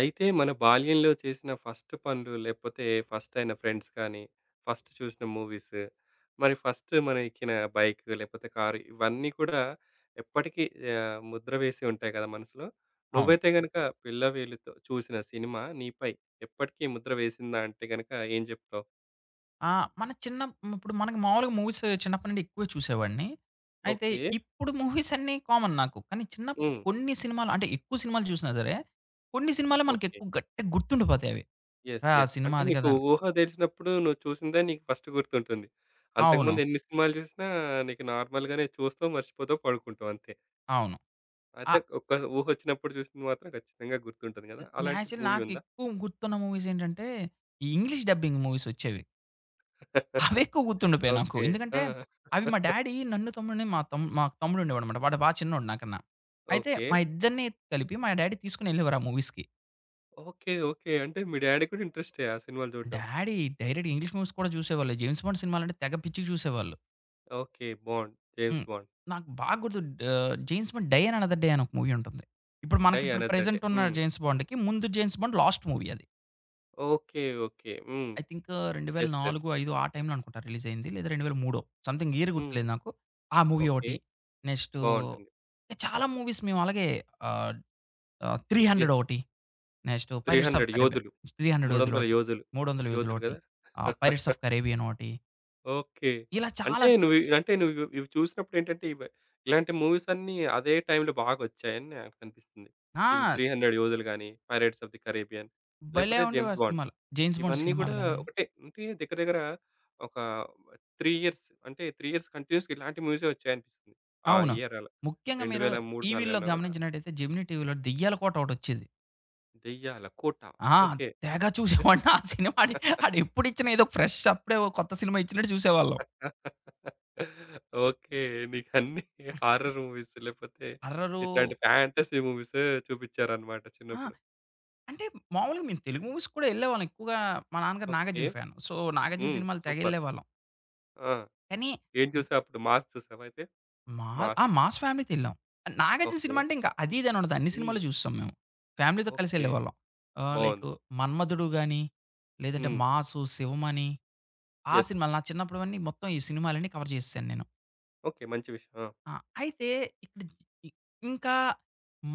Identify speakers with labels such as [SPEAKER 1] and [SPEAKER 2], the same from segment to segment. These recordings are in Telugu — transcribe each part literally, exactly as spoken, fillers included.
[SPEAKER 1] అయితే మన బాల్యంలో చేసిన ఫస్ట్ పనులు, లేకపోతే ఫస్ట్ అయిన ఫ్రెండ్స్ కానీ, ఫస్ట్ చూసిన మూవీస్, మరి ఫస్ట్ మనం ఎక్కిన బైక్ లేకపోతే కారు ఇవన్నీ కూడా ఎప్పటికీ ఆహ్, ముద్ర వేసి ఉంటాయి కదా మనసులో.
[SPEAKER 2] అవును.
[SPEAKER 1] నువ్వైతే గనుక పిల్లవేలితో చూసిన సినిమా నీపై ఎప్పటికీ ముద్ర వేసిందా అంటే గనుక ఏం చెప్తావు?
[SPEAKER 2] ఆ! మన చిన్న ఇప్పుడు మనకు మామూలుగా మూవీస్ చిన్నప్పటి నుండి ఎక్కువే చూసేవాడిని. అయితే
[SPEAKER 1] ఓకే.
[SPEAKER 2] ఇప్పుడు మూవీస్ అన్నీ కామన్ నాకు. కానీ చిన్నప్పుడు
[SPEAKER 1] హ్మ్.
[SPEAKER 2] కొన్ని సినిమాలు అంటే ఎక్కువ సినిమాలు చూసినా సరే, కొన్ని సినిమాలే మనకు
[SPEAKER 1] ఓకే.
[SPEAKER 2] ఎక్కువ గట్టిగా గుర్తుండిపోతాయి అవి.
[SPEAKER 1] యెస్,
[SPEAKER 2] "అరె! ఆ
[SPEAKER 1] యెస్,
[SPEAKER 2] సినిమా
[SPEAKER 1] అంటే
[SPEAKER 2] అది
[SPEAKER 1] నీకు
[SPEAKER 2] కదా!" అని.
[SPEAKER 1] ఊహ తెలిసినప్పుడు నువ్వు చూసిందే నీకు ఫస్ట్ గుర్తుంటుంది.
[SPEAKER 2] అవును.
[SPEAKER 1] అంతకుముందు ఎన్ని సినిమాలు చూసినా నీకు నార్మల్‌గానే చూస్తావు, మర్చిపోతావు, పడుకుంటావు అంతే.
[SPEAKER 2] అవును.
[SPEAKER 1] అయితే
[SPEAKER 2] ఆహ్,
[SPEAKER 1] ఒక్క ఊహొచ్చినప్పుడు చూసింది మాత్రం ఖచ్చితంగా గుర్తుంటుంది గదా! అలాంటి
[SPEAKER 2] నేచురల్
[SPEAKER 1] మూవీ
[SPEAKER 2] నాకు
[SPEAKER 1] ఉందా?
[SPEAKER 2] ఎక్కువ గుర్తున్న మూవీస్ ఏంటంటే, ఈ ఇంగ్లీష్ డబ్బింగ్ మూవీస్ వచ్చేవి. అవి ఎక్కువ గుర్తుండిపోయాయి నాకు.
[SPEAKER 1] ఓకే. ఆ!
[SPEAKER 2] ఎందుకంటే అవి మా డ్యాడీ నన్ను తమ్ముడిని మా తమ్ మా తమ్ముడు ఉండేవాడన్నమాట. వాడు బాగా చిన్నోడు నాకన్నా. అయితే
[SPEAKER 1] ఓకే.
[SPEAKER 2] మా ఇద్దరిని కలిపి మా డ్యాడీ తీసుకొని వెళ్ళేవారు ఆ మూవీస్‌కి.
[SPEAKER 1] ఓకే. ఓకే, అంటే మీ డ్యాడీ కూడా ఇంట్రెస్టే ఆ సినిమాలు చూడడం.
[SPEAKER 2] డాడీ డైరెక్ట్ ఇంగ్లీష్ మూవీస్ కూడా చూసేవాళ్ళు. 'జేమ్స్ బాండ్' సినిమాలంటే తెగ పిచ్చిగా చూసేవాళ్ళు.
[SPEAKER 1] ఓకే. బాండ్. 'జేమ్స్
[SPEAKER 2] హ్మ్.
[SPEAKER 1] బాండ్'.
[SPEAKER 2] నాకు బాగా గుర్తు ఆహ్, 'James Bond die and another day' అని ఒక మూవీ ఉంటుంది. ఇప్పుడు
[SPEAKER 1] 'డై
[SPEAKER 2] మనకిప్పుడు
[SPEAKER 1] అనదర్ డే.'
[SPEAKER 2] ప్రెజెంట్ ఉన్న
[SPEAKER 1] హ్మ్.
[SPEAKER 2] 'జేమ్స్ బాండ్‌కి' ముందు 'జేమ్స్ బాండ్' లాస్ట్ మూవీ అది.
[SPEAKER 1] ఓకే. ఓకే. హ్మ్.
[SPEAKER 2] I think
[SPEAKER 1] yes, yes.
[SPEAKER 2] రెండు వేల నాలుగు, ఐదు ఆ టైమ్‌లో అనుకుంటా రిలీజ్ అయింది. లేదా రెండు వేల మూడు సంథింగ్ ఇయర్
[SPEAKER 1] హ్మ్.
[SPEAKER 2] గుర్తులేదు నాకు. ఆ మూవీ
[SPEAKER 1] ఓకే.
[SPEAKER 2] ఒకటి. నెక్స్టు
[SPEAKER 1] బావుంటుంది.
[SPEAKER 2] చాలా మూవీస్ మేము అలాగే ఆహ్, ఆహ్, మూడు వందలు
[SPEAKER 1] యెస్.
[SPEAKER 2] ఒకటి. నెక్స్ట్ 'పైరేట్స్ ఆఫ్
[SPEAKER 1] మూడు వందల
[SPEAKER 2] కరేబియన్'
[SPEAKER 1] యోధులు.
[SPEAKER 2] మూడు వందల యోధులు
[SPEAKER 1] మూడు వందల
[SPEAKER 2] ఒకటి,
[SPEAKER 1] యోధులు.
[SPEAKER 2] 300 యోధులు
[SPEAKER 1] యోధులు
[SPEAKER 2] ఒకటి,
[SPEAKER 1] గదా!
[SPEAKER 2] ఆహ్, 'పైరేట్స్ ఆఫ్ కరేబియన్' ఒకటి.
[SPEAKER 1] ఓకే.
[SPEAKER 2] ఇలా
[SPEAKER 1] అంటే
[SPEAKER 2] చాలా స్
[SPEAKER 1] నువ్వు ఇ- అంటే నువ్వు ఇవి ఇవి చూసినప్పుడేంటంటే ఇవి ఇలాంటి మూవీస్ అన్నీ అదే టైంలో బాగొచ్చాయని నాకనిపిస్తుంది. ఈ
[SPEAKER 2] ఆ!
[SPEAKER 1] మూడు వందల యోధులు గాని, 'పైరేట్స్ ఆఫ్ ది కరేబియన్'
[SPEAKER 2] భలే
[SPEAKER 1] లేకపోతే
[SPEAKER 2] ఉండేవి
[SPEAKER 1] 'జేమ్స్
[SPEAKER 2] ఆ
[SPEAKER 1] బాండ్'
[SPEAKER 2] సినిమాలు. 'జేమ్స్ బాండ్'
[SPEAKER 1] ఇవన్నీ గూడా
[SPEAKER 2] సినిమాలు గాని
[SPEAKER 1] ఒకటే అంటే దగ్గర దగ్గర ఒక మూడు ఇయర్స్ అంటే మూడు ఇయర్స్ కంటిన్యూయస్‌గా ఇలాంటి మూవీసే వచ్చాయనిపిస్తుంది. ఆ
[SPEAKER 2] అవును.
[SPEAKER 1] ఇయర్ అలా
[SPEAKER 2] ముఖ్యంగా మీరు
[SPEAKER 1] రెండు వేల మూడు, నాలుగు
[SPEAKER 2] టీవీల్లో
[SPEAKER 1] అన్నావు గదా!
[SPEAKER 2] గమనించినట్టయితే జెమినీ టీవీలో 'దెయ్యాల కోట' ఒకటొచ్చేది.
[SPEAKER 1] 'దెయ్యాల కోట'.
[SPEAKER 2] ఆ!
[SPEAKER 1] ఓకే.
[SPEAKER 2] తెగ చూసేవాడిని ఆ సినిమా. ఆడు ఆడెప్పుడిచ్చినా ఏదో ఫ్రెష్ అప్పుడే ఓ కొత్త సినిమా ఇచ్చినట్టు చూసేవాళ్ళం.
[SPEAKER 1] ఓకే. నీకన్నీ హారర్ మూవీస్ లేపోతే
[SPEAKER 2] హర్రరు
[SPEAKER 1] ఇట్లాంటి ఫ్యాంటసీ మూవీస్ చూపిచ్చారన్నమాట
[SPEAKER 2] ఆ!
[SPEAKER 1] చిన్నప్పుడు.
[SPEAKER 2] అంటే మామూలుగా మేము తెలుగు మూవీస్ కూడా ఎళ్ళేవాళ్ళం. ఎక్కువగా మా నాన్నగారు
[SPEAKER 1] okay.
[SPEAKER 2] 'Nagarjuna' fan. So, 'Nagarjuna'
[SPEAKER 1] హ్మ్.
[SPEAKER 2] సినిమాలు తెగ
[SPEAKER 1] సూపర్.
[SPEAKER 2] ఎళ్ళేవాళ్ళం.
[SPEAKER 1] ఆ!
[SPEAKER 2] కానీ
[SPEAKER 1] ఏం చూసావు అప్పుడు? 'మాస్' చూసావా అయితే?
[SPEAKER 2] మా ఆ!
[SPEAKER 1] 'మాస్.'
[SPEAKER 2] 'మాస్ ఫ్యామిలీతో' ఎళ్ళాం. 'నాగార్జున'
[SPEAKER 1] ఓకే.
[SPEAKER 2] సినిమా అంటే ఇంకా అది ఇది అని ఉండదు. అన్ని
[SPEAKER 1] హ్మ్.
[SPEAKER 2] సినిమాలు చూసేసాం మేము. ఫ్యామిలీతో కలిసి
[SPEAKER 1] ఓకే.
[SPEAKER 2] ఎళ్ళేవాళ్ళం. ఆహ్, లైకు
[SPEAKER 1] బావుంది.
[SPEAKER 2] 'మన్మధుడు' గాని, లేదంటే
[SPEAKER 1] హ్మ్.
[SPEAKER 2] 'మాసు', 'శివమణి' ఆ
[SPEAKER 1] యెస్.
[SPEAKER 2] సినిమాలు నా చిన్నప్పుడువన్నీ మొత్తం ఈ సినిమాలన్నీ కవర్ చేసేసాను నేను.
[SPEAKER 1] ఓకే. మంచి విషయం. ఆ!
[SPEAKER 2] ఆ! అయితే ఇక్కడ ఇ ఇంకా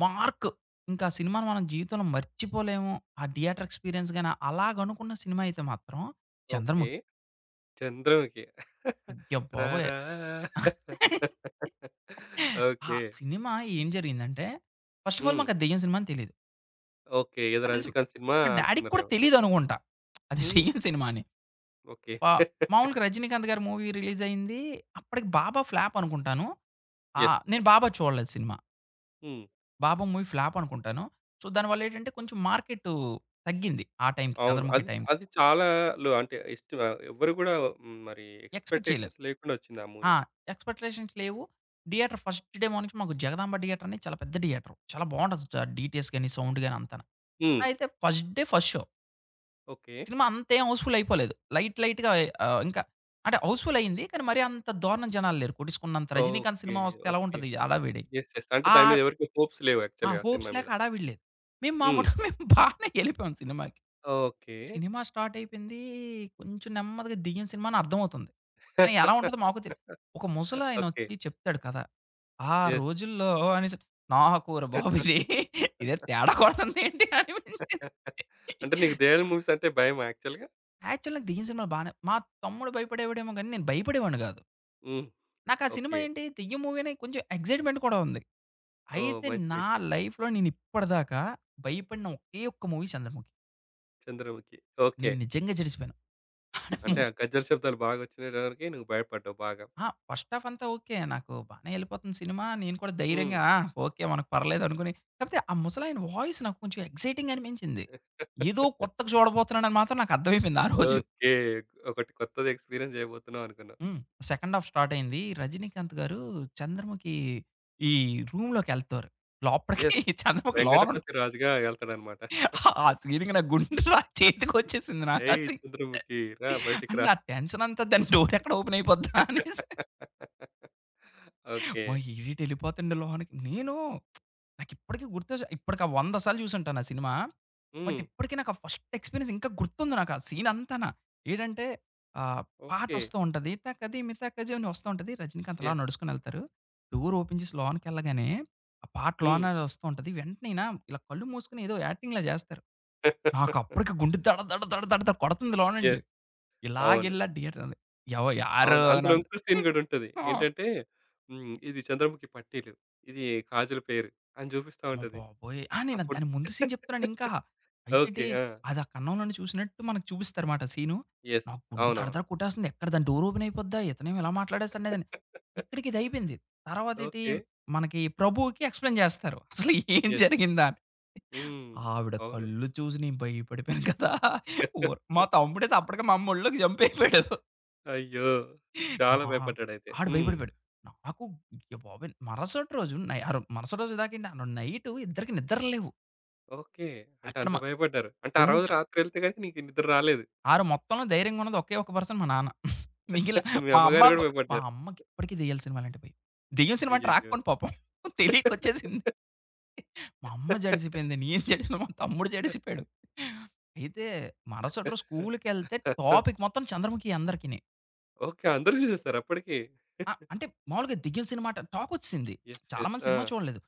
[SPEAKER 2] 'మార్క్' ఇంకా ఆ సినిమాను మనం జీవితంలో మర్చిపోలేము. ఆ థియేటర్ ఎక్స్‌పీరియన్స్ గాని అలాగనుకున్న సినిమా అయితే మాత్రం
[SPEAKER 1] ఓకే.
[SPEAKER 2] 'చంద్రముఖి'.
[SPEAKER 1] 'చంద్రముఖి.'
[SPEAKER 2] అయ్యబాబోయ్!
[SPEAKER 1] రారా.
[SPEAKER 2] ఆ
[SPEAKER 1] ఓకే.
[SPEAKER 2] సినిమా ఏం జరిగిందంటే, ఫస్ట్ ఆఫ్ ఆల్
[SPEAKER 1] హ్మ్.
[SPEAKER 2] మాకు అది దెయ్యం సినిమా అని తెలీదు.
[SPEAKER 1] ఓకే. ఏదో
[SPEAKER 2] నాకు తెలిసి
[SPEAKER 1] రజినీకాంత్ సినిమా
[SPEAKER 2] మా డ్యాడీకి కూడా
[SPEAKER 1] అనుకున్నారేమో.
[SPEAKER 2] తెలీదనుకుంటా. అది
[SPEAKER 1] హ్మ్.
[SPEAKER 2] దెయ్యం సినిమా అని.
[SPEAKER 1] ఓకే.
[SPEAKER 2] ప మామూలుగా 'రజినీకాంత్' గారి మూవీ రిలీజయింది. అప్పటికి 'బాబా' ఫ్లాప్ అనుకుంటాను. ఆహ్,
[SPEAKER 1] యెస్.
[SPEAKER 2] నేను 'బాబా' చూడలేదు సినిమా.
[SPEAKER 1] హ్మ్.
[SPEAKER 2] 'బాబా' మూవీ ఫ్లాప్ అనుకుంటాను. సో, దానివల్లేంటంటే కొంచెం మార్కెటు తగ్గింది. ఆ టైంకి
[SPEAKER 1] అవును.
[SPEAKER 2] 'చంద్రముఖి'
[SPEAKER 1] అది
[SPEAKER 2] టైంకి.
[SPEAKER 1] అది చాలా లో అంటే ఇష్టం ఆహ్, ఎవ్వరు గూడా. హ్మ్. మరి
[SPEAKER 2] ఎక్స్‌పెక్ట్ చేయలేదు.
[SPEAKER 1] ఎక్స్‌పెక్టేషన్స్ లేకుండా వచ్చింది ఆ
[SPEAKER 2] ఆ!
[SPEAKER 1] మూవీ.
[SPEAKER 2] ఎక్స్‌పెక్టేషన్స్ లేవు. థియేటర్ ఫస్ట్ డే మార్నింగ్ మాకు 'జగదాంబ థియేటర్' అని చాలా పెద్ద థియేటరు. చాలా బావుంటది. డ డీటీఎస్ గాని, సౌండ్ గాని అంతాను.
[SPEAKER 1] హ్మ్.
[SPEAKER 2] అయితే first day first show.
[SPEAKER 1] Okay.
[SPEAKER 2] సినిమా అంతేం హౌస్‌ఫుల్ అయిపోలేదు. లైట్ లైట్‌గా ఆహ్, ఇంకా అంటే హౌస్‌ఫుల్ అయింది. కానీ మరీ అంత దారుణం జనాలు లేరు. కొట్టించుకున్నంత 'రజినీకాంత్'
[SPEAKER 1] ఓకే.
[SPEAKER 2] సినిమా వస్తే ఎలా
[SPEAKER 1] ఓకే.
[SPEAKER 2] ఉంటది హడావిడి.
[SPEAKER 1] యెస్, యెస్, అంటే
[SPEAKER 2] ఆ!
[SPEAKER 1] దాని మీద ఎవరికీ హోప్స్ లేవు
[SPEAKER 2] ఆ
[SPEAKER 1] యాక్చువల్‌గా
[SPEAKER 2] హోప్స్
[SPEAKER 1] సినిమా
[SPEAKER 2] లేక
[SPEAKER 1] మీద.
[SPEAKER 2] హడావిడి లేదు. మేము మా మటుకు
[SPEAKER 1] హ్మ్.
[SPEAKER 2] మేము బానే ఎళ్ళిపోయాం సినిమాకి.
[SPEAKER 1] ఓకే.
[SPEAKER 2] సినిమా స్టార్ట్ అయిపోయింది. కొంచెం నెమ్మదిగా దెయ్యం సినిమా అని అర్థమవుతుంది. కానీ ఎలా ఉంటదో మాకు తెలీదు. ఒక
[SPEAKER 1] ఓకే.
[SPEAKER 2] ముసలాయనొచ్చి చెప్తాడు కథ. ఆ
[SPEAKER 1] యెస్.
[SPEAKER 2] రోజుల్లో అనేసి నాకు ఓరి బాబు ఇది ఇదేదో తేడా కొడుతుందేంటి అనిపించింది.
[SPEAKER 1] అంటే నీకు దెయ్యాల మూవీస్ అంటే భయమా యాక్చువల్‌గా?
[SPEAKER 2] యాక్చువల్ నాకు దెయ్యం సినిమాలు బానే మా తమ్ముడు భయపడేవాడేమో గానీ, నేను భయపడేవాడిని గాదు.
[SPEAKER 1] హ్మ్.
[SPEAKER 2] నాకు ఆ సినిమా
[SPEAKER 1] ఓకే.
[SPEAKER 2] ఏంటి, దెయ్యం మూవీ అని కొంచెం ఎక్సైట్‌మెంట్ కూడా ఉంది.
[SPEAKER 1] ఓహ్!
[SPEAKER 2] అయితే
[SPEAKER 1] మంచి
[SPEAKER 2] నా
[SPEAKER 1] విషయం.
[SPEAKER 2] లైఫ్‌లో నేను ఇప్పటిదాకా భయపడిన ఒకే ఒక్క మూవీ 'చంద్రముఖి.'
[SPEAKER 1] 'చంద్రముఖి.' ఓకే.
[SPEAKER 2] నేను నిజంగా జడిసిపోయాను. ఆడ మూ
[SPEAKER 1] అంటే ఆ గజ్జల శబ్దాలు బాగా వచ్చినటవరకి నువ్వు భయపడ్డావు బాగా.
[SPEAKER 2] ఆ! ఫస్ట్ హాఫ్ అంతా ఓకే. నాకు బానే ఎళ్ళిపోతుంది సినిమా. నేను కూడా
[SPEAKER 1] హ్మ్.
[SPEAKER 2] ధైర్యంగా ఆ! ఓకే. మనకు పర్లేదు అనుకుని కాపోతే ఆ ముసలాయన వాయిస్ నాకు కొంచెం ఎక్సైటింగ్ అనిపించింది. ఏదో కొత్తగా చూడబోతున్నానని మాత్రం నాకు అర్థమైపోయింది ఆ రోజు.
[SPEAKER 1] ఓకే. ఒకటి కొత్తది ఎక్స్‌పీరియన్స్ జేయబోతున్నాం అనుకున్నావు.
[SPEAKER 2] హ్మ్. సెకండ్ హాఫ్ స్టార్ట్ అయింది. 'రజినీకాంత్' గారు 'చంద్రముఖి' ఈ రూమ్‌లోకెళ్తారు. లోపలికి
[SPEAKER 1] యెస్.
[SPEAKER 2] 'చంద్రముఖి' లోనుంటది.
[SPEAKER 1] వెంకటపతి రాజుగా ఎళ్తాడనమాట.
[SPEAKER 2] ఆ సీన్‌కి నా గుండె నా చేతికొచ్చేసింది నాకు ఆ
[SPEAKER 1] "ఏయ్
[SPEAKER 2] సీన్.
[SPEAKER 1] చంద్రముఖి రా బయటికి
[SPEAKER 2] అండ్
[SPEAKER 1] రా."
[SPEAKER 2] ఆ టెన్షన్ అంతా దాని డోర్ ఎక్కడ ఓపెన్ అయిపోద్దా అనేసి.
[SPEAKER 1] ఓకే.
[SPEAKER 2] మా ఈడేటి ఎళ్ళిపోతుండు లోనకి. నేను నాకిప్పటికి గుర్తు ఇప్పటికి ఆ వంద సార్లు చూసుంటాను ఆ సినిమా. బట్
[SPEAKER 1] హ్మ్.
[SPEAKER 2] ఇప్పటికి నాకు ఆ ఫస్ట్ ఎక్స్‌పీరియన్స్ ఇంకా గుర్తుంది నాకు ఆ సీన్ అంతాన. ఏటంటే ఆహ్, పాట
[SPEAKER 1] ఓకే.
[SPEAKER 2] వస్తూ ఉంటది. 'తకధిమి తకజోని' వస్తూ ఉంటది. రజనీకాంత్ అలా
[SPEAKER 1] యెస్.
[SPEAKER 2] నడుచుకొని ఎళ్తారు. డోర్ ఓపెన్ చేసి లోనకెళ్ళగానే ఆ పాట
[SPEAKER 1] హ్మ్.
[SPEAKER 2] లోన వస్తూ ఉంటది. వెంటనే ఈయన ఇలా కళ్ళు మూసుకొని ఏదో యాక్టింగ్‌లా జేస్తారు. నాకు అప్పటికి గుండె దడ దడ దడ దడ దడ కొడుతుంది లోనండి.
[SPEAKER 1] యెస్. అవును.
[SPEAKER 2] ఇలాగెళ్ళా థియేటర్ ఎవ యారు
[SPEAKER 1] అవును, అందులో ఇంకో
[SPEAKER 2] అనంటే
[SPEAKER 1] సీన్ గూడుంటది.
[SPEAKER 2] ఆ!
[SPEAKER 1] ఏంటంటే హ్మ్, ఇది చంద్రముఖి పట్టీలు. ఇది కాజల్ పేరు అని జూపిస్తా
[SPEAKER 2] అమ్మ
[SPEAKER 1] ఉంటది.
[SPEAKER 2] బాబోయ్! ఆ! నేను
[SPEAKER 1] అప్పుడు
[SPEAKER 2] దాని ముందు సీన్ చెప్తున్నాను ఇంకా. అయితేటి
[SPEAKER 1] ఓకే. ఆ!
[SPEAKER 2] అదా కన్నంలోండి చూసినట్టు మనకు చూపిస్తారమాట సీను.
[SPEAKER 1] యెస్.
[SPEAKER 2] నా గుండె దడ
[SPEAKER 1] అవునవును.
[SPEAKER 2] దడ కొట్టేస్తుంది. ఎక్కడ దాని డోర్ ఓపెన్ అయిపోద్దా? ఇతనేమో ఇలా మాట్లాడేస్తాడు అదని. ఇక్కడికి ఇది అయిపోయింది. తర్వాతేటి
[SPEAKER 1] ఓకే.
[SPEAKER 2] మనకి ప్రభువుకి ఎక్స్‌ప్లెయిన్ చేస్తారు. అసలు ఏం
[SPEAKER 1] యెస్.
[SPEAKER 2] జరిగిందా అని.
[SPEAKER 1] హ్మ్.
[SPEAKER 2] ఆవిడ
[SPEAKER 1] అవును.
[SPEAKER 2] కళ్ళు చూసి నేను భయపడిపోయాను కదా! ఓర్ మా తమ్ముడైతే అప్పటికే మా అమ్మ ఒళ్ళోకి జంప్ అయిపోయాడు.
[SPEAKER 1] అయ్యో! చాలా
[SPEAKER 2] నా
[SPEAKER 1] భయపడ్డాడయితే.
[SPEAKER 2] ఆడు
[SPEAKER 1] హ్మ్.
[SPEAKER 2] భయపడిపోయాడు. నాకు అయ్య బాబోయ్! మరుసటి రోజు నై ఆరో మరుసటి రోజు దాకేంటి ఆ రోజు నైటు ఇద్దరికీ నిద్ర లేవు.
[SPEAKER 1] ఓకే. అంటే
[SPEAKER 2] అక్కడ
[SPEAKER 1] అంత
[SPEAKER 2] మ
[SPEAKER 1] భయపడ్డారు. అంటే ఆ రోజు
[SPEAKER 2] కొంచెం.
[SPEAKER 1] రాత్రెళ్తే గనుక నీకు నిద్ర రాలేదు.
[SPEAKER 2] ఆరు మొత్తంలో ధైర్యంగున్నది ఒకే ఒక పర్సన్ మా నాన్న. మిగిలిన
[SPEAKER 1] మీ
[SPEAKER 2] మా అమ్మ
[SPEAKER 1] అమ్మగారు గూడా
[SPEAKER 2] బ్ మా
[SPEAKER 1] భయపడ్డారు.
[SPEAKER 2] అమ్మకిప్పటికి దెయ్యాల సినిమాలంటే భయం. దెయ్యం సినిమా అంటే
[SPEAKER 1] అయ్యయ్యో!
[SPEAKER 2] రాకపోను పాపం. తెలియకొచ్చేసింది. మా అమ్మ జడిసిపోయింది. నేను జడిసాను. మా తమ్ముడు జడిసిపోయాడు. అయితే మరుసటి రోజు స్కూలుకెళ్తే టాపిక్ మొత్తం చంద్రముఖి అందరికిని.
[SPEAKER 1] ఓకే. అందరూ చూసేసారు అప్పటికి.
[SPEAKER 2] ఆ! అంటే మామూలుగా దెయ్యం సినిమా అట టాకొచ్చేసింది.
[SPEAKER 1] యెస్,
[SPEAKER 2] చాలా
[SPEAKER 1] యెస్.
[SPEAKER 2] మంది
[SPEAKER 1] ఆ!
[SPEAKER 2] సినిమా చూడలేదు.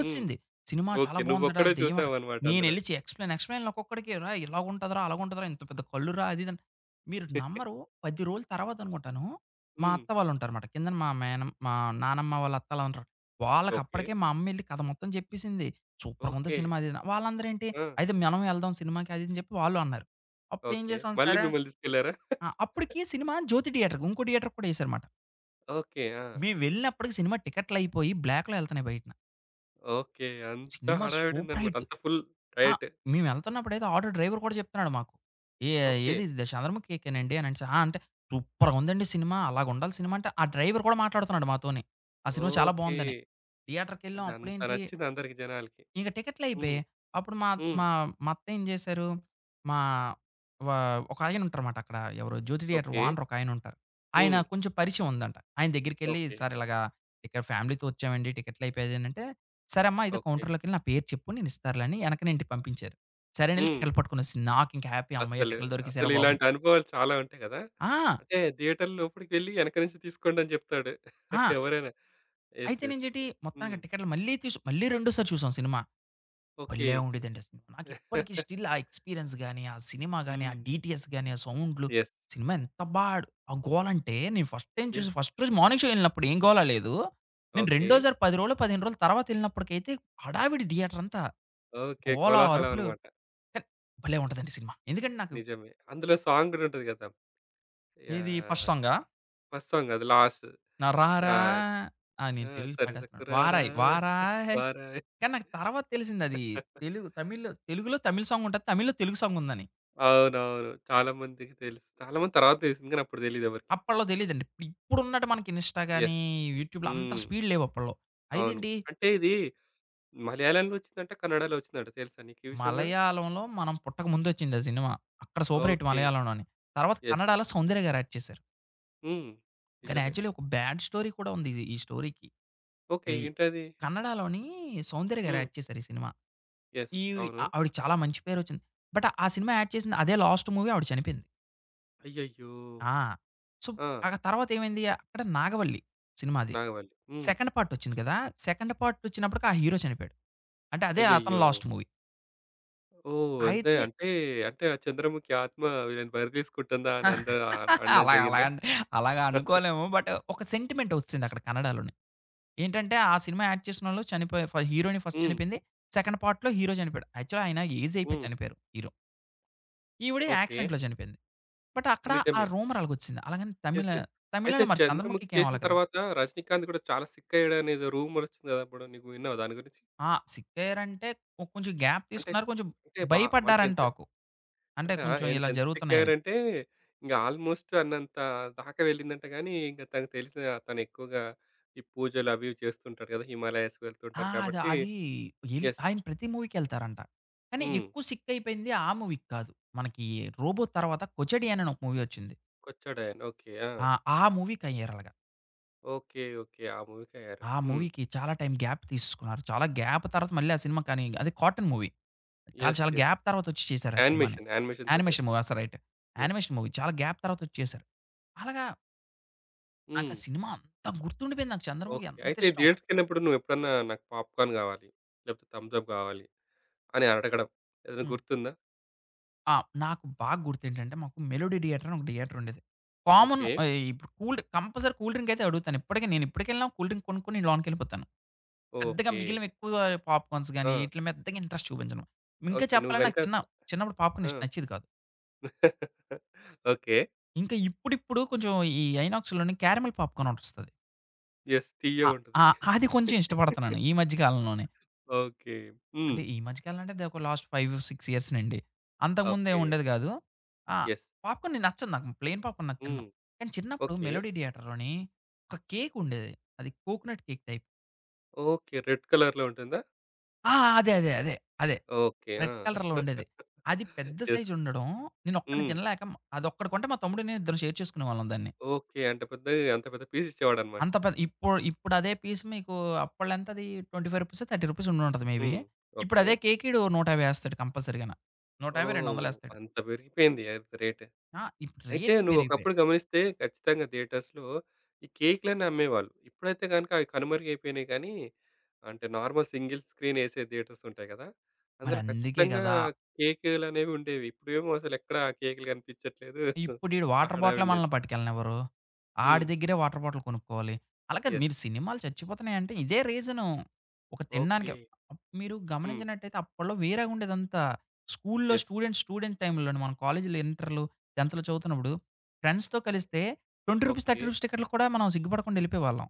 [SPEAKER 1] హ్మ్.
[SPEAKER 2] సినిమా చాలా
[SPEAKER 1] ఓకే.
[SPEAKER 2] బావుందట,
[SPEAKER 1] నువ్వొక్కడే
[SPEAKER 2] దెయ్యం అట.
[SPEAKER 1] చూసావన్నమాట అందులో.
[SPEAKER 2] నేనెళ్ళి చే ఎక్స్‌ప్లెయిన్, ఎక్స్‌ప్లెయిన్‌లు ఒక్కొక్కడికి "రా ఇలాగుంటదిరా, అలాగుంటదిరా, ఇంత పెద్ద కళ్ళురా" అది ఇదని. మీరు నమ్మరు పది రోజుల తర్వాత అనుకుంటాను, మా
[SPEAKER 1] హ్మ్.
[SPEAKER 2] అత్త వాళ్ళుంటారమాట. కిందన మా మేనమ్ మా నానమ్మ వాళ్ళ అత్త అలా ఉంటారు.
[SPEAKER 1] ఓకే.
[SPEAKER 2] వాళ్ళకప్పటికే మా అమ్మెళ్లి కథ మొత్తం చెప్పేసింది. "సూపర్‌గుంది
[SPEAKER 1] ఓకే.
[SPEAKER 2] సినిమా" అది ఇదని. వాళ్ళందరూ ఏంటి,
[SPEAKER 1] ఆ!
[SPEAKER 2] "అయితే మనం వెళ్దాం సినిమాకి" అది ఇదని చెప్పి వాళ్ళు అన్నారు. అప్పుడేం
[SPEAKER 1] ఓకే.
[SPEAKER 2] చేసాం,
[SPEAKER 1] మళ్ళీ
[SPEAKER 2] సరే
[SPEAKER 1] మిమ్మల్ని తీసుకెళ్లారా?
[SPEAKER 2] ఆ! అప్పటికి సినిమా జ్యోతి థియేటర్‌కి ఇంకో థియేటర్‌కి కూడా ఏశారుమాట.
[SPEAKER 1] ఓకే. ఆ!
[SPEAKER 2] మేము వెళ్ళినప్పటికి సినిమా టికెట్లయిపోయి బ్లాక్‌లో ఎళ్తున్నాయి బయటన.
[SPEAKER 1] ఓకే. అంత
[SPEAKER 2] సినిమా సూపర్
[SPEAKER 1] హడావిడుందన్నమాట.
[SPEAKER 2] హిట్.
[SPEAKER 1] అంత ఫుల్
[SPEAKER 2] ఆ!
[SPEAKER 1] డైట్.
[SPEAKER 2] మేము వెళ్తున్నప్పుడైతే ఆటో డ్రైవర్ కూడా చెప్తున్నాడు మాకు. "ఏ
[SPEAKER 1] ఓకే.
[SPEAKER 2] ఏది ఇది 'చంద్రముఖి' ఎక్కానండి" అనేసి. ఆ! అంటే "సూపర్‌గుందండి సినిమా. అలాగుండాలి సినిమా" అంటే ఆ డ్రైవర్ కూడా మాట్లాడుతున్నాడు మాతోనే. ఆ సినిమా చాలా
[SPEAKER 1] ఓకే.
[SPEAKER 2] బావుందని. థియేటర్‌కెళ్ళాం
[SPEAKER 1] అంటే అంత
[SPEAKER 2] అప్పుడేంటి
[SPEAKER 1] నచ్చింది అందరికి జనాలకి.
[SPEAKER 2] ఇంక
[SPEAKER 1] హ్మ్.
[SPEAKER 2] టికెట్లయిపోయాయి. అప్పుడు మా
[SPEAKER 1] హ్మ్.
[SPEAKER 2] మా మా అత్త ఏం జేశారు, మా వ ఒకాయనుంటారుమాట అక్కడ ఎవరు 'జ్యోతి థియేటర్'
[SPEAKER 1] ఓకే.
[SPEAKER 2] ఓనర్ ఒకాయనుంటారు. ఆయన ఉంటారు, ఆయన
[SPEAKER 1] హ్మ్.
[SPEAKER 2] కొంచెం పరిచయం ఉందంట. ఆయన దగ్గరికెళ్ళి,
[SPEAKER 1] ఓకే.
[SPEAKER 2] "సార్ ఇలాగా ఇక్కడ ఫ్యామిలీతో వచ్చామండి. టికెట్లయిపోయాయనంటే," "సరే అమ్మా అయితే
[SPEAKER 1] ఓకే.
[SPEAKER 2] కౌంటర్‌లోకెళ్ళి నా పేరు చెప్పు నేను ఇస్తారులే" అని ఎనకన ఇంటికి పంపించారు. సరేనెళ్లి
[SPEAKER 1] హ్మ్.
[SPEAKER 2] టికెట్లు పట్టుకొనొచ్చేసింది. నాకింక హ్యాపీ హమ్మయ్య!
[SPEAKER 1] అసలు,
[SPEAKER 2] టికెట్లు
[SPEAKER 1] అసలు
[SPEAKER 2] దొరికేశాయిరా బాబు.
[SPEAKER 1] ఇలాంటి అనుభవాలు చాలా ఉంటాయి కదా!
[SPEAKER 2] ఆ!
[SPEAKER 1] అంటే థియేటర్ లోపలికి వెళ్లి వెనక నుంచి తీసుకోండి అని చెప్తాడు
[SPEAKER 2] ఆ!
[SPEAKER 1] ఎవరైనా. యెస్,
[SPEAKER 2] అయితే
[SPEAKER 1] యెస్.
[SPEAKER 2] నేంచేటి మొత్తానికి
[SPEAKER 1] హ్మ్.
[SPEAKER 2] ఆ టికెట్లు మళ్ళీ తీసు మళ్ళీ రెండోసారి చూసాం సినిమా.
[SPEAKER 1] ఓకే.
[SPEAKER 2] భలే ఉండేదండి ఆ సినిమా. నాకు ఇప్పటికి స్టిల్ ఆ ఎక్స్‌పీరియన్స్ గాని, ఆ సినిమా గాని, ఆ
[SPEAKER 1] హ్మ్.
[SPEAKER 2] డీటీఎస్ గాని, ఆ సౌండ్‌లు
[SPEAKER 1] యెస్,
[SPEAKER 2] సినిమా ఎంత బా ఆడు ఆ గోలంటే నేను ఫస్ట్ టైమ్ చూసి
[SPEAKER 1] యెస్.
[SPEAKER 2] ఫస్ట్ రోజు మార్నింగ్ షో ఎళ్ళినప్పుడు ఏం గోల లేదు. నేను
[SPEAKER 1] ఓకే.
[SPEAKER 2] రెండోసారి పది రోజులు, పదిహేను రోజుల తర్వాత ఎళ్ళినప్పటికైతే హడావిడి థియేటర్ అంతా.
[SPEAKER 1] ఓకే.
[SPEAKER 2] గోల,
[SPEAKER 1] కోలాహలం
[SPEAKER 2] అరుపులు
[SPEAKER 1] అన్నమాట.
[SPEAKER 2] కానీ భలే ఉంటదండి సినిమా. ఎందుకంటే నాకు
[SPEAKER 1] నిజమే, అందులో సాంగ్ గూడా ఉంటది కదా!
[SPEAKER 2] ఏది
[SPEAKER 1] యాహ్!
[SPEAKER 2] ఫస్ట్ సాంగా
[SPEAKER 1] ఫస్ట్ సాంగ్ అది లాస్ట్.
[SPEAKER 2] నా
[SPEAKER 1] చ ఆ!
[SPEAKER 2] 'రారా' ఆ! నేను తెలుగు
[SPEAKER 1] సరే
[SPEAKER 2] పాడేస్తున్నాను.
[SPEAKER 1] సకురారా
[SPEAKER 2] 'వారాయ్ వారాయ్'
[SPEAKER 1] పారాయ్
[SPEAKER 2] కానీ నాకు తర్వాత తెలిసిందది తెలుగు తమిళ్‌లో తెలుగులో తమిళ్ సాంగ్ ఉంటది. తమిళ్‌లో తెలుగు సాంగ్ ఉందని.
[SPEAKER 1] అవునవును. చాలా మందికి తెలుసు. చాలా మంది తర్వాత తెలిసింది గానీ అప్పుడు తెలీదెవరికీ.
[SPEAKER 2] అప్పట్లో తెలీదండి. ఇప్పుడున్నట్టు మనకి ఇన్‌స్టా గాని,
[SPEAKER 1] యెస్.
[SPEAKER 2] యూట్యూబ్‌లో అంత
[SPEAKER 1] హ్మ్.
[SPEAKER 2] స్పీడ్ లేవు అప్పట్లో.
[SPEAKER 1] అవును.
[SPEAKER 2] అయితేంటి
[SPEAKER 1] అంటే ఇది మలయాళంలో వచ్చిందంట, కన్నడలో వచ్చిందంట. తెలుసా నీకు ఈ విషయం గూడా?
[SPEAKER 2] మలయాళంలో మనం పుట్టక ముందొచ్చింది ఆ సినిమా. అక్కడ సూపర్ హిట్
[SPEAKER 1] ఓకే.
[SPEAKER 2] మలయాళంలోని. తర్వాత
[SPEAKER 1] యెస్,
[SPEAKER 2] కన్నడలో
[SPEAKER 1] యెస్.
[SPEAKER 2] 'సౌందర్య' గారు యాక్ట్ చేశారు.
[SPEAKER 1] హ్మ్.
[SPEAKER 2] కానీ
[SPEAKER 1] నిజమే.
[SPEAKER 2] యాక్చువల్లీ ఒక బ్యాడ్ స్టోరీ కూడా ఉంది ఇది ఈ స్టోరీకి.
[SPEAKER 1] ఓకే.
[SPEAKER 2] ఈ
[SPEAKER 1] ఏంటది?
[SPEAKER 2] కన్నడలోని 'సౌందర్య' గారు
[SPEAKER 1] హ్మ్.
[SPEAKER 2] యాక్ట్ చేశారు ఈ సినిమా.
[SPEAKER 1] యెస్.
[SPEAKER 2] ఈ
[SPEAKER 1] అవును.
[SPEAKER 2] ఆ- ఆవిడకి చాలా మంచి పేరొచ్చింది. బట్ ఆ సినిమా యాక్ట్ చేసింది అదే లాస్ట్ మూవీ ఆవిడ చనిపోయింది.
[SPEAKER 1] అయ్యయ్యో!
[SPEAKER 2] ఆ! సో,
[SPEAKER 1] ఆ!
[SPEAKER 2] ఆ తర్వాత ఏమైంది అక్కడ 'నాగవల్లి' సినిమా అది.
[SPEAKER 1] నాగవల్లి. హ్మ్.
[SPEAKER 2] సెకండ్ పార్ట్ వచ్చింది కదా! సెకండ్ పార్ట్ వచ్చినప్పటికి ఆ హీరో చనిపోయాడు. అంటే అదే అతని
[SPEAKER 1] అయ్యయ్యో!
[SPEAKER 2] Last movie.
[SPEAKER 1] ఓహ్! అంతే
[SPEAKER 2] అయితే
[SPEAKER 1] అంటే, అంటే ఆ చంద్రముఖి ఆత్మ వీళ్ళని బరి తీసుకుంటుందా అని అందరూ అ అనడం
[SPEAKER 2] అలా అలా
[SPEAKER 1] జరిగిందా?
[SPEAKER 2] అన్ అలాగా అనుకోలేము. బట్ ఒక సెంటిమెంట్ వచ్చింది అక్కడ కన్నడలోనే. ఏంటంటే ఆ సినిమా యాక్ట్ చేసినోళ్ళు చనిపోయారు. ఫ హీరోయిన్ ఫస్ట్
[SPEAKER 1] హ్మ్.
[SPEAKER 2] చనిపోయింది. సెకండ్ పార్ట్‌లో హీరో చనిపోయాడు. యాక్చువల్‌గా ఆయన ఏజ్ అయిపోయి
[SPEAKER 1] హ్మ్.
[SPEAKER 2] చనిపోయారు హీరో. ఈవిడ
[SPEAKER 1] ఓకే.
[SPEAKER 2] యాక్సిడెంట్‌లో చనిపోయింది. బట్ అక్కడ ఆ
[SPEAKER 1] నిజమే.
[SPEAKER 2] రూమర్ అలాగొచ్చేసింది. అలాగని తమిళ
[SPEAKER 1] యెస్, యెస్, అయితే
[SPEAKER 2] తమిళంలో మరి
[SPEAKER 1] 'చంద్రముఖి'
[SPEAKER 2] 'చంద్రముఖి'కి ఏం
[SPEAKER 1] చేసిన
[SPEAKER 2] అవ్వలే కదా!
[SPEAKER 1] తర్వాత 'రజనీకాంత్' గూడా చాలా సిక్ అయ్యాడనేదో రూమర్ ఒచ్చింది గదా! అప్పుడు నువ్వు విన్నావా దాని గురించి?
[SPEAKER 2] ఆ! సిక్కయ్యారంటే కొ కొంచెం గ్యాప్
[SPEAKER 1] అంటే,
[SPEAKER 2] తీసుకున్నారు. కొంచెం
[SPEAKER 1] అంటే బా అంటే
[SPEAKER 2] భయపడ్డారంట
[SPEAKER 1] ఎంత
[SPEAKER 2] ఆకు. అంటే
[SPEAKER 1] అంట
[SPEAKER 2] కొంచెం
[SPEAKER 1] ఏంటి
[SPEAKER 2] ఇలా
[SPEAKER 1] ఎంత సిక్
[SPEAKER 2] జరుగుతున్నాయని.
[SPEAKER 1] అయ్యారంటే ఇంగ ఆల్‌మోస్ట్ అన్నంత దాకా వెళ్ళిందంట గానీ, ఇంక తనకు తెలిసిన తను ఎక్కువగా ఈ పూజలు అవి ఇవి చేస్తుంటాడు గదా! హిమాలయాస్‌కి
[SPEAKER 2] ఆ!
[SPEAKER 1] వెళ్తుంటారు
[SPEAKER 2] అది
[SPEAKER 1] కాబట్టి
[SPEAKER 2] అది ఎల్
[SPEAKER 1] యెస్.
[SPEAKER 2] ఆయన ప్రతి మూవీకెళ్తారంట. కానీ
[SPEAKER 1] హ్మ్.
[SPEAKER 2] ఎక్కువ సిక్కయిపోయింది ఆ మూవీకి కాదు. మనకి 'రోబో' తర్వాత 'కొచడి' అని ఒక మూవీ వచ్చింది.
[SPEAKER 1] కొచ్చాడాయన. ఓకే. ఆ!
[SPEAKER 2] ఆ! ఆ మూవీకయ్యారు అలాగా.
[SPEAKER 1] ఓకే. ఓకే. ఆ మూవీకయ్యారు.
[SPEAKER 2] ఆ
[SPEAKER 1] హ్మ్.
[SPEAKER 2] మూవీకి చాలా టైం గ్యాప్ తీసుకున్నారు. చాలా గ్యాప్ తర్వాత మళ్ళీ ఆ సినిమా కానీ అది కార్టూన్ మూవీ. కానీ
[SPEAKER 1] యెస్,
[SPEAKER 2] చాలా
[SPEAKER 1] యెస్.
[SPEAKER 2] గ్యాప్ తర్వాత వచ్చి చేశారు ఆ సినిమాని.
[SPEAKER 1] యానిమేషన్. యానిమేషన్‌తో
[SPEAKER 2] యానిమేషన్ మూవీ.
[SPEAKER 1] చేశారు.
[SPEAKER 2] ఆ! స రైట్.
[SPEAKER 1] యెస్.
[SPEAKER 2] Animation movie. చాలా గ్యాప్ తర్వాత వచ్చి చేశారు. అలాగా నాకు
[SPEAKER 1] హ్మ్.
[SPEAKER 2] ఆ సినిమా అంత గుర్తుండిపోయింది. నాకు 'చంద్రముఖి'
[SPEAKER 1] ఓకే. అయితే ఈ
[SPEAKER 2] అంతిష్టం.
[SPEAKER 1] థియేటర్‌కెళ్ళినప్పుడు నువ్వెప్పుడన్నా నాకు పాప్‌కార్న్ గావాలి, లేకపోతే థమ్స్ అప్ గావాలి అని అడగడం ఏదైనా
[SPEAKER 2] హ్మ్.
[SPEAKER 1] గుర్తుందా?
[SPEAKER 2] ఆ! నాకు బాగా గుర్తేంటంటే, మాకు మెలోడీ థియేటర్ అని ఒక థియేటర్ ఉండేది. Common
[SPEAKER 1] okay.
[SPEAKER 2] ఆహ్, ఇప్పుడు కూల్ కంపల్సరీ కూల్ డ్రింక్ అయితే అడుగుతాను. ఇప్పటికి నేను ఎప్పటికెళ్ళినా కూల్ డ్రింక్ కొనుక్కొని నేను లోనకెళ్ళిపోతాను. పెద్దగా
[SPEAKER 1] ఓకే.
[SPEAKER 2] మిగిలినవి ఎక్కువ పాప్‌కార్న్స్ గాని,
[SPEAKER 1] ఆ!
[SPEAKER 2] ఈటిల మీద పెద్దగా ఇంట్రెస్ట్ చూపించను. ఇంకా
[SPEAKER 1] ఓకే. నువ్వు
[SPEAKER 2] చెప్పాలంటే
[SPEAKER 1] గనుక
[SPEAKER 2] నాకు చిన్న చిన్నప్పుడు పాప్‌కార్న్
[SPEAKER 1] ఆ!
[SPEAKER 2] ఇష్టం నచ్చేది కాదు.
[SPEAKER 1] ఓకే.
[SPEAKER 2] ఇంకా ఇప్పుడిప్పుడు కొంచెం ఈ ఐనాక్స్‌లోని క్యారమెల్ పాప్‌కార్న్ ఒకటొస్తది.
[SPEAKER 1] యెస్.
[SPEAKER 2] ఆ!
[SPEAKER 1] తియ్యగుంటది.
[SPEAKER 2] ఆ! అది కొంచెం ఇష్టపడతన్నాను ఈ మధ్య కాలంలోనే.
[SPEAKER 1] ఓకే. హ్మ్.
[SPEAKER 2] అంటే ఈ మధ్య కాలం అంటే అదొక లాస్ట్ ఐదు, ఆరు ఇయర్స్ నండి. అంతకుముందు
[SPEAKER 1] ఓకే.
[SPEAKER 2] ఏమి ఉండేది గాదు. ఆ!
[SPEAKER 1] యెస్.
[SPEAKER 2] పాప్‌కార్న్ నచ్చదు నాకు. ప్లెయిన్ పాప్‌కార్న్ నాకు
[SPEAKER 1] హ్మ్.
[SPEAKER 2] తినను. కానీ చిన్నప్పుడు
[SPEAKER 1] ఓకే.
[SPEAKER 2] మెలోడీ థియేటర్‌లోని ఒక కేక్ ఉండేది. అది coconut cake type.
[SPEAKER 1] Okay. Red కలర్‌లో ఉంటుందా?
[SPEAKER 2] ఆ! అదే, అదే, అదే, అదే.
[SPEAKER 1] ఓకే. ఆ!
[SPEAKER 2] రెడ్ కలర్‌లో ఉండేది. అది పెద్ద
[SPEAKER 1] యెస్.
[SPEAKER 2] సైజ్ ఉండడం నేను ఒక్కడిని
[SPEAKER 1] హ్మ్.
[SPEAKER 2] తినలేక అదొక్కటి కొంటే మా తమ్ముడు, నేను ఇద్దరం షేర్ చేసుకునేవాళ్ళం దాన్ని.
[SPEAKER 1] ఓకే. అంటే పెద్దగా అంత పెద్ద పీసిచ్చేవాడన్నమాట.
[SPEAKER 2] అంత పెద్ద ఇప్పుడు ఇప్పుడు అదే పీస్ మీకు అప్పట్లో ఎంత అది రూ. ఇరవై ఐదు, రూ. ముప్పై ఉండుంటది మే బీ.
[SPEAKER 1] హ్మ్.
[SPEAKER 2] ఇప్పుడు
[SPEAKER 1] ఓకే.
[SPEAKER 2] అదే కేక్ ఈడు నూట యాభై ఏస్తాడు కంపల్సరీ‌గాన. నూట యాభై,
[SPEAKER 1] ఓహ్!
[SPEAKER 2] రెండు వందలు ఏస్తాడు.
[SPEAKER 1] అంత పెరిగిపోయింది అది రేట్.
[SPEAKER 2] ఆ! ఇప్పుడు
[SPEAKER 1] అయితే
[SPEAKER 2] రేట్లు
[SPEAKER 1] నువ్వు
[SPEAKER 2] పెరిగిపోయాయి.
[SPEAKER 1] ఒకప్పుడు గమనిస్తే ఖచ్చితంగా థియేటర్స్‌లో ఈ కేక్‌లని అమ్మేవాళ్ళు. ఇప్పుడైతే గనుక అవి కనుమరుగైపోయినాయి కానీ, అంటే normal single screen AC theatres ఉంటాయి కదా! అందులో
[SPEAKER 2] మరందుకే
[SPEAKER 1] ఖచ్చితంగా
[SPEAKER 2] గదా!
[SPEAKER 1] కేకులనేవి ఉండేవి. ఇప్పుడేమో అసలెక్కడ ఆ కేకులు కనిపించట్లేదు.
[SPEAKER 2] ఇప్పుడు ఈడు
[SPEAKER 1] ఆ
[SPEAKER 2] వాటర్ బాటిలే
[SPEAKER 1] హడావిడి లేదు.
[SPEAKER 2] మనల్ని పట్టుకెళ్ళనివ్వరు. ఆడి
[SPEAKER 1] హ్మ్.
[SPEAKER 2] దగ్గరే వాటర్ బాటిల్ కొనుక్కోవాలి. అలా కాదు
[SPEAKER 1] యెస్.
[SPEAKER 2] మీరు సినిమాలు చచ్చిపోతున్నాయంటే ఇదే రీజను. ఒక
[SPEAKER 1] ఓకే.
[SPEAKER 2] తినడానికి మీరు
[SPEAKER 1] హ్మ్.
[SPEAKER 2] గమనించినట్టయితే అప్పట్లో వేరేగా ఉండేదంతా. స్కూల్లో
[SPEAKER 1] యెస్.
[SPEAKER 2] స్టూడెంట్స్ స్టూడెంట్ టైమ్‌లోని మనం కాలేజీలో ఇంటర్‌లు, 10థ్‌లో చదువుతున్నప్పుడు ఫ్రెండ్స్‌తో కలిస్తే రూ. ఇరవై,
[SPEAKER 1] ఓకే.
[SPEAKER 2] రూ. ముప్పై టికెట్‌లకి కూడా మనం సిగ్గుపడకుండా వెళ్ళిపోయేవాళ్ళం.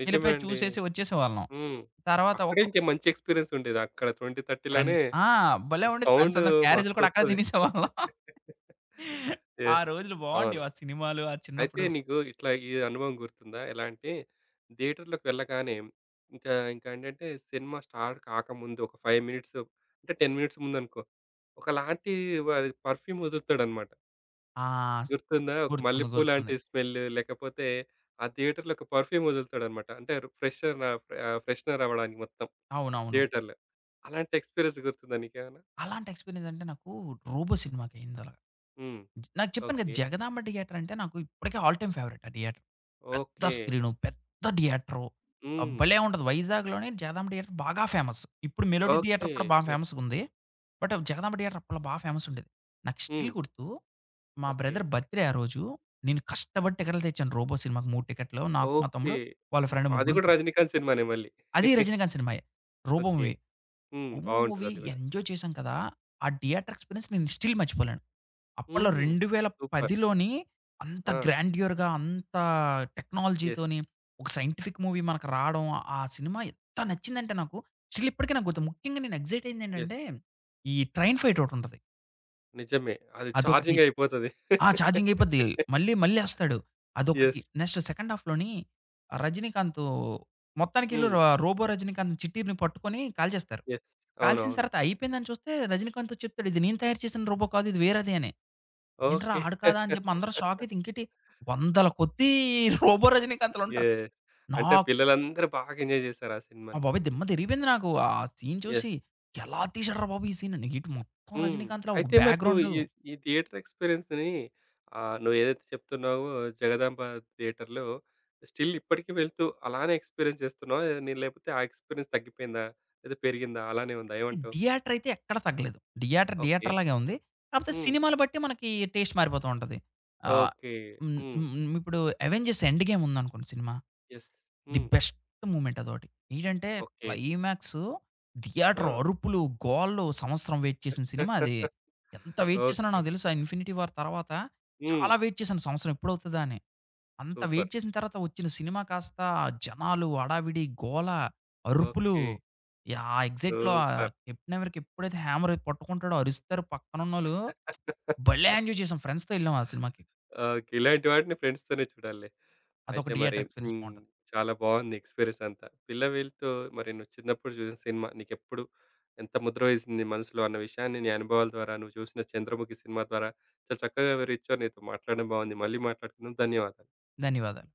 [SPEAKER 1] నిజమే
[SPEAKER 2] వెళ్ళిపోయి
[SPEAKER 1] అండి.
[SPEAKER 2] చూసేసి వచ్చేసేవాళ్ళం.
[SPEAKER 1] హ్మ్.
[SPEAKER 2] తర్వాత ఒక
[SPEAKER 1] అక్కడే ఇంకా మంచి ఎక్స్‌పీరియన్స్ ఉండేది. అక్కడ ఇరవై, ముప్పై
[SPEAKER 2] ఫ్రెండ్
[SPEAKER 1] లోనే
[SPEAKER 2] ఆ! భలే ఉండేది. ఫ్రెండ్స్
[SPEAKER 1] సౌండ్
[SPEAKER 2] అందరం క్యారేజీలు కూడా అక్కడే
[SPEAKER 1] మస్తొస్తది
[SPEAKER 2] తినేసేవాళ్ళం. ఆ
[SPEAKER 1] యెస్.
[SPEAKER 2] రోజులు
[SPEAKER 1] అవును.
[SPEAKER 2] బాగుండేవి. ఆ సినిమాలు, ఆ
[SPEAKER 1] అయితే
[SPEAKER 2] చిన్నప్పుడు
[SPEAKER 1] నీకు ఇట్లా ఈ అనుభవం గుర్తుందా? ఎలా అంటే థియేటర్‌లోకి వెళ్ళగానే ఇంకా ఇంకా ఏంటంటే సినిమా స్టార్ట్ కాకముందు ఒక ఐదు మినిట్స్ అంటే పది మినిట్స్ ముందనుకో ఒకలాంటి వాడు పర్ఫ్యూమ్ వదులుతాడన్నమాట.
[SPEAKER 2] ఆ!
[SPEAKER 1] గుర్తుందా? ఒక
[SPEAKER 2] గుర్తుంది.
[SPEAKER 1] మల్లెపూ లాంటి
[SPEAKER 2] గుర్తుంది.
[SPEAKER 1] స్మెల్ లేకపోతే ఆ థియేటర్‌లో ఒక పర్ఫ్యూమ్ వదులుతాడన్నమాట. అంటే ఫ్రెషర్ ఆహ్, ఫ్రెషనర్ అవ్వడానికి మొత్తం
[SPEAKER 2] అవునవును.
[SPEAKER 1] థియేటర్‌లో. అలాంటి ఎక్స్‌పీరియన్స్ గుర్తుందా నీకేమైనా?
[SPEAKER 2] అలాంటి ఎక్స్‌పీరియన్స్ అంటే నాకు 'రోబో' సినిమాకయింది అలాగా.
[SPEAKER 1] హ్మ్.
[SPEAKER 2] నాకు చెప్పాను కదా!
[SPEAKER 1] ఓకే.
[SPEAKER 2] జగదాంబ థియేటర్ అంటే నాకు ఇప్పటికే ఆల్ టైమ్ ఫేవరెట్ ఆ థియేటర్. పెద్ద
[SPEAKER 1] ఓకే.
[SPEAKER 2] స్క్రీను, పెద్ద థియేటరు. ఆహ్,
[SPEAKER 1] హ్మ్.
[SPEAKER 2] భలే ఉంటది. వైజాగ్‌లోనే జగదాంబ థియేటర్ బాగా ఫేమస్. ఇప్పుడు మెలోడీ థియేటర్
[SPEAKER 1] ఓకే.
[SPEAKER 2] కూడా బా
[SPEAKER 1] యెస్.
[SPEAKER 2] ఫేమస్‌గుంది. బట్ జగదాంబ థియేటర్ అప్పట్లో బా ఫేమస్ ఉండేది. నాకు
[SPEAKER 1] హ్మ్.
[SPEAKER 2] స్టిల్ గుర్తు మా
[SPEAKER 1] ఓకే.
[SPEAKER 2] బ్రదర్ బర్త్‌డే ఆ రోజు. నేను కష్టపడి టికెట్లు తెచ్చాను 'రోబో' సినిమాకి మూడు టికెట్లు. నాకు, మా
[SPEAKER 1] ఓకే.
[SPEAKER 2] తమ్ముడు వాళ్ళ
[SPEAKER 1] అమ్
[SPEAKER 2] ఫ్రెండ్
[SPEAKER 1] అది
[SPEAKER 2] ముగ్గురం
[SPEAKER 1] గూడా 'రజినీకాంత్' సినిమానే మళ్ళీ.
[SPEAKER 2] అది 'రజనీకాంత్' సినిమాయే. 'రోబో'
[SPEAKER 1] ఓకే.
[SPEAKER 2] మూవీ.
[SPEAKER 1] హ్మ్.
[SPEAKER 2] 'రోబో'
[SPEAKER 1] బావుంటది
[SPEAKER 2] మూవీ
[SPEAKER 1] అది గూడా.
[SPEAKER 2] ఎంజాయ్ చేశాం కదా! ఆ థియేటర్ ఎక్స్‌పీరియన్స్ నేను స్టిల్ మర్చిపోలేను. అప్పట్లో
[SPEAKER 1] హ్మ్. సూపర్.
[SPEAKER 2] 2010లోని అంత
[SPEAKER 1] ఆ!
[SPEAKER 2] గ్రాండియర్‌గా, అంత
[SPEAKER 1] యెస్,
[SPEAKER 2] టెక్నాలజీతోని ఒక సైంటిఫిక్ మూవీ మనకు రావడం, ఆ సినిమా ఎంత నచ్చిందంటే నాకు స్టిల్ ఇప్పటికి నాకు గుర్తు. ముఖ్యంగా నేను ఎక్సైట్
[SPEAKER 1] యెస్.
[SPEAKER 2] అయిందేంటంటే, ఈ ట్రైన్ ఫైట్ ఒకటుంటది.
[SPEAKER 1] నిజమే, అది
[SPEAKER 2] అదొకటి
[SPEAKER 1] ఛార్జింగ్ అయిపోతది.
[SPEAKER 2] ఆ! ఛార్జింగ్ అయిపోద్ది. మళ్ళీ మళ్ళేస్తాడు. అదొకటి.
[SPEAKER 1] యెస్.
[SPEAKER 2] నెక్స్ట్ సెకండ్ హాఫ్‌లోని రజినీకాంత్ మొత్తానికీళ్ళు
[SPEAKER 1] హ్మ్.
[SPEAKER 2] ర రోబో రజినీకాంత్ చిట్టిని పట్టుకొని కాల్చేస్తారు.
[SPEAKER 1] యెస్.
[SPEAKER 2] కాల్చిన
[SPEAKER 1] అవునవును.
[SPEAKER 2] తర్వాత అయిపోయిందని చూస్తే రజినీకాంత్ వచ్చి చెప్తాడు. "ఇది నేను తయారు చేసిన రోబో కాదు. ఇది వేరేది" అని. "ఏంట్రా
[SPEAKER 1] ఓకే.
[SPEAKER 2] ఆడు కాదా?" అని చెప్పి అందరూ షాక్ అయితే ఇంకేటి వందల కొద్దీ రోబో రజినీకాంత్‌లుంటారు.
[SPEAKER 1] యెస్. అంటే
[SPEAKER 2] నాకు
[SPEAKER 1] పిల్లలందరూ బాగా ఎంజాయ్ జేశారు ఆ
[SPEAKER 2] మా
[SPEAKER 1] సినిమాని.
[SPEAKER 2] బాబోయ్! దిమ్మ తిరిగిపోయింది నాకు. ఆ సీన్ చూసి
[SPEAKER 1] యెస్.
[SPEAKER 2] ఎలా తీశాడురా బాబు! ఈ సీన్ అని. ఇటు మొత్తం
[SPEAKER 1] హ్మ్.
[SPEAKER 2] రజినీకాంత్‌లా ఒక
[SPEAKER 1] అయితే మరి నువ్వు
[SPEAKER 2] బ్యాక్‌గ్రౌండు
[SPEAKER 1] ఈ ఈ థియేటర్ ఎక్స్‌పీరియన్స్‌ని ఆహ్, నువ్వేదైతే చెప్తున్నావో జగదాంబ థియేటర్‌లో స్టిల్ ఇప్పటికి వెళ్తూ అలానే ఎక్స్‌పీరియన్స్ చేస్తున్నావా? నీ లేకపోతే ఆ ఎక్స్‌పీరియన్స్ తగ్గిపోయిందా? లేదా పెరిగిందా? అలానే ఉందా? ఏమంటావు?
[SPEAKER 2] థియేటర్ అయితే ఎక్కడ తగ్గలేదు. Theatre
[SPEAKER 1] okay.
[SPEAKER 2] థియేటర్ లాగే ఉంది. కాపోతే
[SPEAKER 1] హ్మ్.
[SPEAKER 2] సినిమాలు బట్టి మనకి టేస్ట్ మారిపోతూ ఉంటది. ఆహ్,
[SPEAKER 1] ఓకే.
[SPEAKER 2] హ్మ్,
[SPEAKER 1] హ్మ్.
[SPEAKER 2] హ్మ్. ఇప్పుడు 'అవెంజర్స్ ఎండ్ గేమ్' ఉందనుకోండి సినిమా.
[SPEAKER 1] యెస్.
[SPEAKER 2] ది
[SPEAKER 1] హ్మ్.
[SPEAKER 2] బెస్ట్ మూమెంట్ అదోటి. ఏంటంటే
[SPEAKER 1] ఓకే.
[SPEAKER 2] క్లైమాక్సు
[SPEAKER 1] ఆ!
[SPEAKER 2] థియేటర్ అరుపులు, గోలలు సంవత్సరం వెయిట్ చేసిన సినిమా అది. ఎంత వెయిట్ చేసానో
[SPEAKER 1] ఓకే.
[SPEAKER 2] నాకు తెలుసు ఆ 'ఇన్ఫినిటీ వార్' తర్వాత
[SPEAKER 1] హ్మ్.
[SPEAKER 2] చాలా వెయిట్ చేశాను సంవత్సరం ఎప్పుడవుతదా అని. అంత వెయిట్
[SPEAKER 1] సూపర్.
[SPEAKER 2] చేసిన తర్వాత వచ్చిన సినిమా కాస్త జనాలు, హడావిడి, గోల, అరుపులు,
[SPEAKER 1] ఓకే.
[SPEAKER 2] యాహ్! ఆ ఎగ్జైట్‌లో ఆహ్,
[SPEAKER 1] సూపర్.
[SPEAKER 2] కెప్టెన్ అమెరికా ఎప్పుడైతే హ్యామర్ పట్టుకుంటాడో అరుస్తారు పక్కనున్నోళ్ళు. భలే ఎంజాయ్ చేసాం. ఫ్రెండ్స్‌తో ఎళ్ళాం ఆ సినిమాకి.
[SPEAKER 1] ఓకే. ఇలాంటి వాటిని ఫ్రెండ్స్‌తోనే చూడాలిలే.
[SPEAKER 2] అదొక
[SPEAKER 1] అయితే మరి
[SPEAKER 2] థియేటర్ ఎక్స్‌పీరియన్స్
[SPEAKER 1] హ్మ్,
[SPEAKER 2] బావుంటది.
[SPEAKER 1] చాలా బావుంది ఎక్స్‌పీరియన్స్ అంతా. 'పిల్లవీలు'తో మరి నువ్వు చిన్నప్పుడు చూసిన సినిమా నీకెప్పుడు ఎంత ముద్ర వేసింది మనసులో అన్న విషయాన్ని నీ అనుభవాల ద్వారా నువ్వు చూసిన 'చంద్రముఖి' సినిమా ద్వారా చాలా చక్కగా వివరించావు. నీతో మాట్లాడడం బాగుంది. మళ్ళీ మాట్లాడుకుందాం. ధన్యవాదాలు.
[SPEAKER 2] ధన్యవాదాలు.